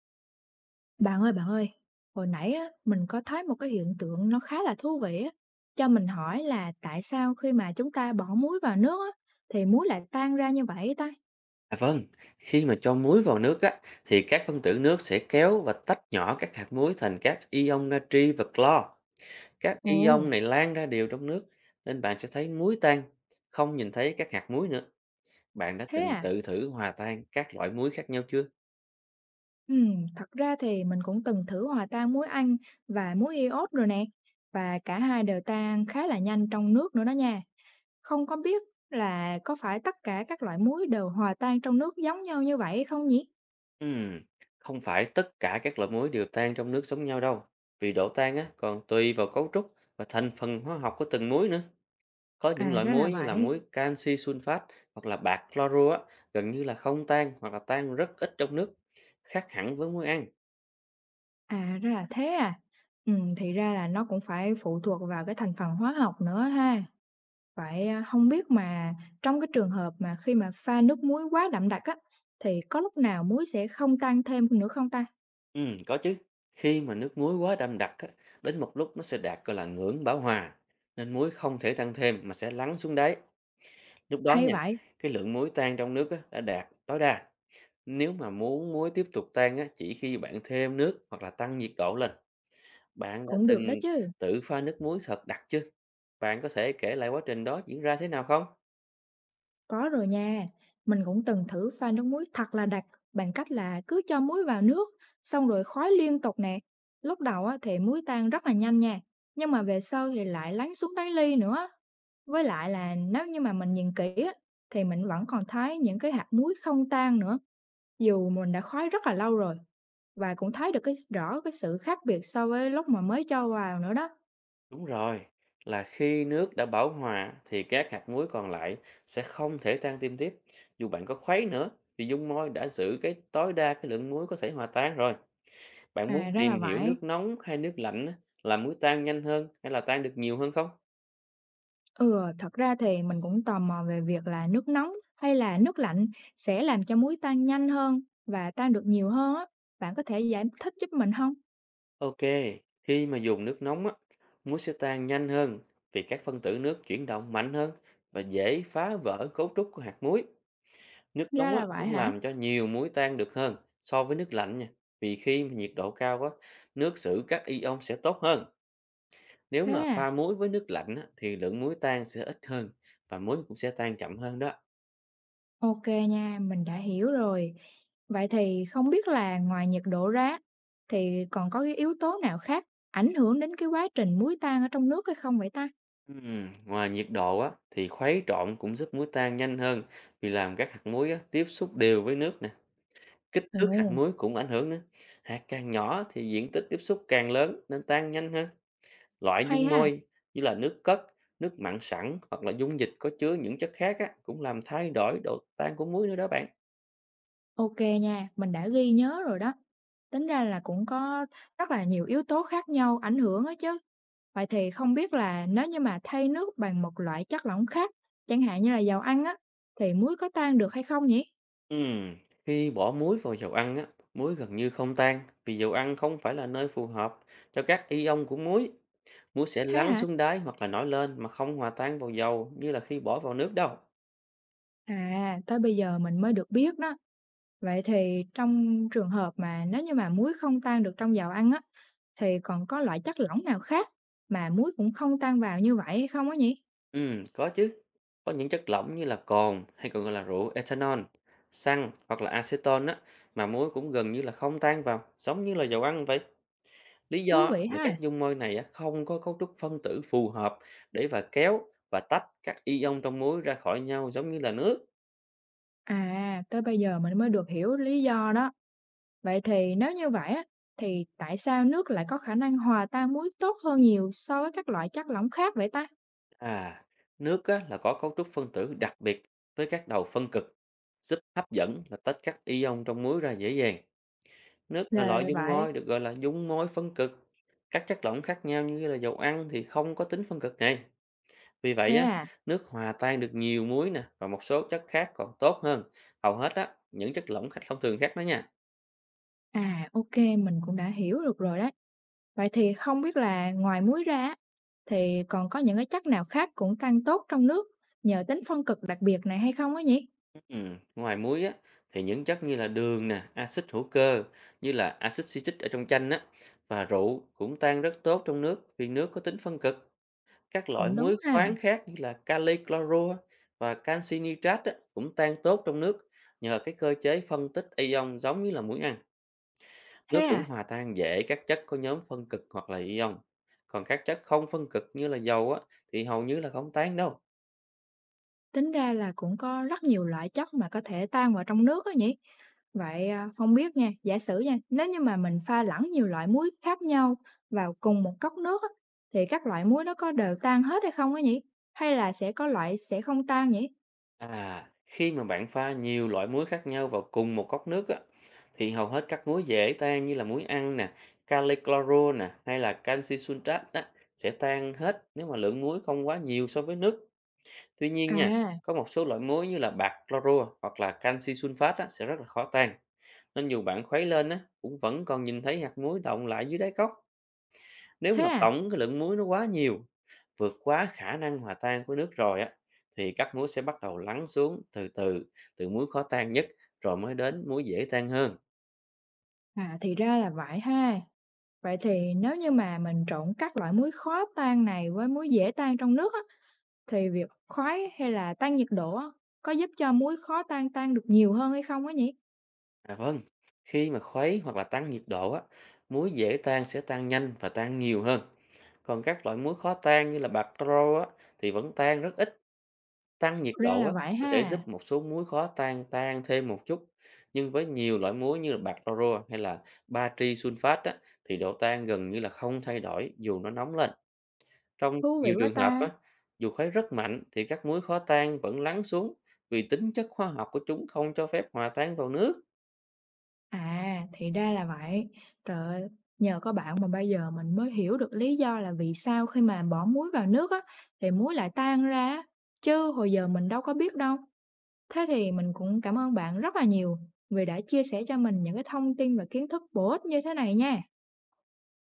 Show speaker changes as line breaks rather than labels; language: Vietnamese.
Bạn ơi, hồi nãy á, mình có thấy một cái hiện tượng nó khá là thú vị á, cho mình hỏi là tại sao khi mà chúng ta bỏ muối vào nước á, thì muối lại tan ra như vậy ta?
À vâng, khi mà cho muối vào nước á, thì các phân tử nước sẽ kéo và tách nhỏ các hạt muối thành các ion natri và clo. Các
Ồ,
ion này lan ra đều trong nước, nên bạn sẽ thấy muối tan, không nhìn thấy các hạt muối nữa. Bạn đã
thế
từng
à?
tự thử hòa tan các loại muối khác nhau chưa?
Ừ, thật ra thì mình cũng từng thử hòa tan muối Anh và muối iốt rồi nè, và cả hai đều tan khá là nhanh trong nước nữa đó nha. Không có biết là có phải tất cả các loại muối đều hòa tan trong nước giống nhau như vậy không nhỉ?
Ừm, Không phải tất cả các loại muối đều tan trong nước giống nhau đâu, vì độ tan á còn tùy vào cấu trúc và thành phần hóa học của từng muối nữa. Có những
À
loại
ra là
muối như là
vậy.
muối canxi sunfat hoặc là bạc chloro á, gần như là không tan hoặc là tan rất ít trong nước, khác hẳn với muối ăn.
À, ra là thế à. Thì ra là nó cũng phải phụ thuộc vào cái thành phần hóa học nữa ha. Vậy, a, hông biết mà trong cái trường hợp mà khi mà pha nước muối quá đậm đặc á, thì có lúc nào muối sẽ không tan thêm nữa không ta?
Ừ, có chứ. Khi mà nước muối quá đậm đặc á, đến một lúc nó sẽ đạt gọi là ngưỡng bão hòa, nên muối không thể tăng thêm mà sẽ lắng xuống đáy. Lúc đó
Hay
nha,
vậy?
cái lượng muối tan trong nước á, đã đạt tối đa. Nếu mà muốn muối tiếp tục tan á, chỉ khi bạn thêm nước hoặc là tăng nhiệt độ lên. Bạn đã
Cũng được đó
từng
chứ.
tự pha nước muối thật đặc chưa? Bạn có thể kể lại quá trình đó diễn ra thế nào không?
Có rồi nha, mình cũng từng thử pha nước muối thật là đặc bằng cách là cứ cho muối vào nước, xong rồi khói liên tục nè. Lúc đầu á, thì muối tan rất là nhanh nha, nhưng mà về sau thì lại lắng xuống đáy ly nữa. Với lại là nếu như mà mình nhìn kỹ á, thì mình vẫn còn thấy những cái hạt muối không tan nữa, dù mình đã khói rất là lâu rồi. Và cũng thấy được cái rõ cái sự khác biệt so với lúc mà mới cho vào nữa đó.
Đúng rồi, là khi nước đã bão hòa thì các hạt muối còn lại sẽ không thể tan tim tiếp. Dù bạn có khuấy nữa thì dung môi đã giữ cái tối đa cái lượng muối có thể hòa tan rồi. Bạn muốn
À ra
tìm
là
hiểu
vậy.
nước nóng hay nước lạnh á, là muối tan nhanh hơn hay là tan được nhiều hơn không?
Ừ, thật ra thì mình cũng tò mò về việc là nước nóng hay là nước lạnh sẽ làm cho muối tan nhanh hơn và tan được nhiều hơn á. Bạn có thể giải thích giúp mình không?
Ok, khi mà dùng nước nóng á, muối sẽ tan nhanh hơn vì các phân tử nước chuyển động mạnh hơn và dễ phá vỡ cấu trúc của hạt muối. Nước
Ra
nóng á,
là vậy
cũng
hả?
làm cho nhiều muối tan được hơn so với nước lạnh nha. Vì khi mà nhiệt độ cao á, nước xử các ion sẽ tốt hơn. Nếu
Thế
mà
à?
pha muối với nước lạnh á, thì lượng muối tan sẽ ít hơn và muối cũng sẽ tan chậm hơn đó.
Ok nha, mình đã hiểu rồi. Vậy thì không biết là ngoài nhiệt độ ra thì còn có cái yếu tố nào khác ảnh hưởng đến cái quá trình muối tan ở trong nước hay không vậy ta?
Ngoài nhiệt độ á, thì khuấy trộn cũng giúp muối tan nhanh hơn vì làm các hạt muối á, tiếp xúc đều với nước nè. Kích
Ồ,
thước hạt muối cũng ảnh hưởng nữa. Hạt càng nhỏ thì diện tích tiếp xúc càng lớn nên tan nhanh hơn. Loại
hay
dung
ha.
môi như là nước cất, nước mặn sẵn hoặc là dung dịch có chứa những chất khác á, cũng làm thay đổi độ tan của muối nữa đó bạn.
Ok nha, mình đã ghi nhớ rồi đó. Tính ra là cũng có rất là nhiều yếu tố khác nhau ảnh hưởng á chứ. Vậy thì không biết là nếu như mà thay nước bằng một loại chất lỏng khác, chẳng hạn như là dầu ăn á, thì muối có tan được hay không nhỉ?
Ừm, Khi bỏ muối vào dầu ăn á, muối gần như không tan vì dầu ăn không phải là nơi phù hợp cho các ion của muối. Muối sẽ
Thế
lắng
hả?
xuống đáy hoặc là nổi lên mà không hòa tan vào dầu như là khi bỏ vào nước đâu.
À, tới bây giờ mình mới được biết đó. Vậy thì trong trường hợp mà nếu như mà muối không tan được trong dầu ăn á, thì còn có loại chất lỏng nào khác mà muối cũng không tan vào như vậy hay không á nhỉ?
Có chứ. Có những chất lỏng như là cồn hay còn gọi là rượu ethanol, xăng hoặc là acetone á, mà muối cũng gần như là không tan vào, giống như là dầu ăn vậy. Lý
Thú
do á
vị
là
ha.
các dung môi này á không có cấu trúc phân tử phù hợp để và kéo và tách các ion trong muối ra khỏi nhau giống như là nước.
À, tới bây giờ mình mới được hiểu lý do đó. Vậy thì nếu như vậy á, thì tại sao nước lại có khả năng hòa tan muối tốt hơn nhiều so với các loại chất lỏng khác vậy ta?
À, nước á là có cấu trúc phân tử đặc biệt với các đầu phân cực, giúp hấp dẫn là tách các ion trong muối ra dễ dàng. Nước là
Là
loại dung
vậy.
môi được gọi là dung môi phân cực. Các chất lỏng khác nhau như là dầu ăn thì không có tính phân cực này. Vì
Thế
vậy á,
à?
nước hòa tan được nhiều muối nè và một số chất khác còn tốt hơn. Hầu hết á, những chất lỏng khác thông thường khác đó nha.
À, ok, mình cũng đã hiểu được rồi đấy. Vậy thì không biết là ngoài muối ra á, thì còn có những cái chất nào khác cũng tan tốt trong nước nhờ tính phân cực đặc biệt này hay không á nhỉ?
Ngoài muối á, thì những chất như là đường nè, axit hữu cơ như là axit citric ở trong chanh á và rượu cũng tan rất tốt trong nước vì nước có tính phân cực. Các loại
Cũng đúng
muối
ha.
khoáng khác như là kali clorua và canxi nitrat á, cũng tan tốt trong nước nhờ cái cơ chế phân tích ion giống như là muối ăn. Nước
Thế
cũng
à?
hòa tan dễ các chất có nhóm phân cực hoặc là ion. Còn các chất không phân cực như là dầu á thì hầu như là không tan đâu.
Tính ra là cũng có rất nhiều loại chất mà có thể tan vào trong nước á nhỉ? Vậy, à, hông biết nha, giả sử nha, nếu như mà mình pha lẫn nhiều loại muối khác nhau vào cùng một cốc nước á, thì các loại muối nó có đều tan hết hay không á nhỉ? Hay là sẽ có loại sẽ không tan nhỉ?
À, khi mà bạn pha nhiều loại muối khác nhau vào cùng một cốc nước á, thì hầu hết các muối dễ tan như là muối ăn nè, kali cloro nè, hay là canxi sunrat á, sẽ tan hết nếu mà lượng muối không quá nhiều so với nước. Tuy nhiên nha,
À,
có một số loại muối như là bạc cloro hoặc là canxi sunfat á, sẽ rất là khó tan. Nên dù bạn khuấy lên á, cũng vẫn còn nhìn thấy hạt muối đọng lại dưới đáy cốc. Nếu
thế
mà
à?
tổng cái lượng muối nó quá nhiều, vượt quá khả năng hòa tan của nước rồi á, thì các muối sẽ bắt đầu lắng xuống từ từ, từ muối khó tan nhất rồi mới đến muối dễ tan hơn.
À, thì ra là vậy ha. Vậy thì nếu như mà mình trộn các loại muối khó tan này với muối dễ tan trong nước á, thì việc khuấy hay là tăng nhiệt độ á, có giúp cho muối khó tan tan được nhiều hơn hay không á nhỉ?
À vâng, khi mà khuấy hoặc là tăng nhiệt độ á, muối dễ tan sẽ tan nhanh và tan nhiều hơn. Còn các loại muối khó tan như là bạc rô á, thì vẫn tan rất ít. Tăng nhiệt
Ra
độ
là
á,
vậy
nó sẽ
ha,
giúp một số muối khó tan tan thêm một chút, nhưng với nhiều loại muối như là bạc oro hay là natri sunfat á, thì độ tan gần như là không thay đổi dù nó nóng lên. Trong
thú vị
nhiều
quá
trường hợp
ta.
á, dù khuấy rất mạnh thì các muối khó tan vẫn lắng xuống vì tính chất hóa học của chúng không cho phép hòa tan vào nước.
À, thì ra là vậy. Trời ơi, nhờ có bạn mà bây giờ mình mới hiểu được lý do là vì sao khi mà bỏ muối vào nước á, thì muối lại tan ra á, chứ hồi giờ mình đâu có biết đâu. Thế thì mình cũng cảm ơn bạn rất là nhiều vì đã chia sẻ cho mình những cái thông tin và kiến thức bổ ích như thế này nha.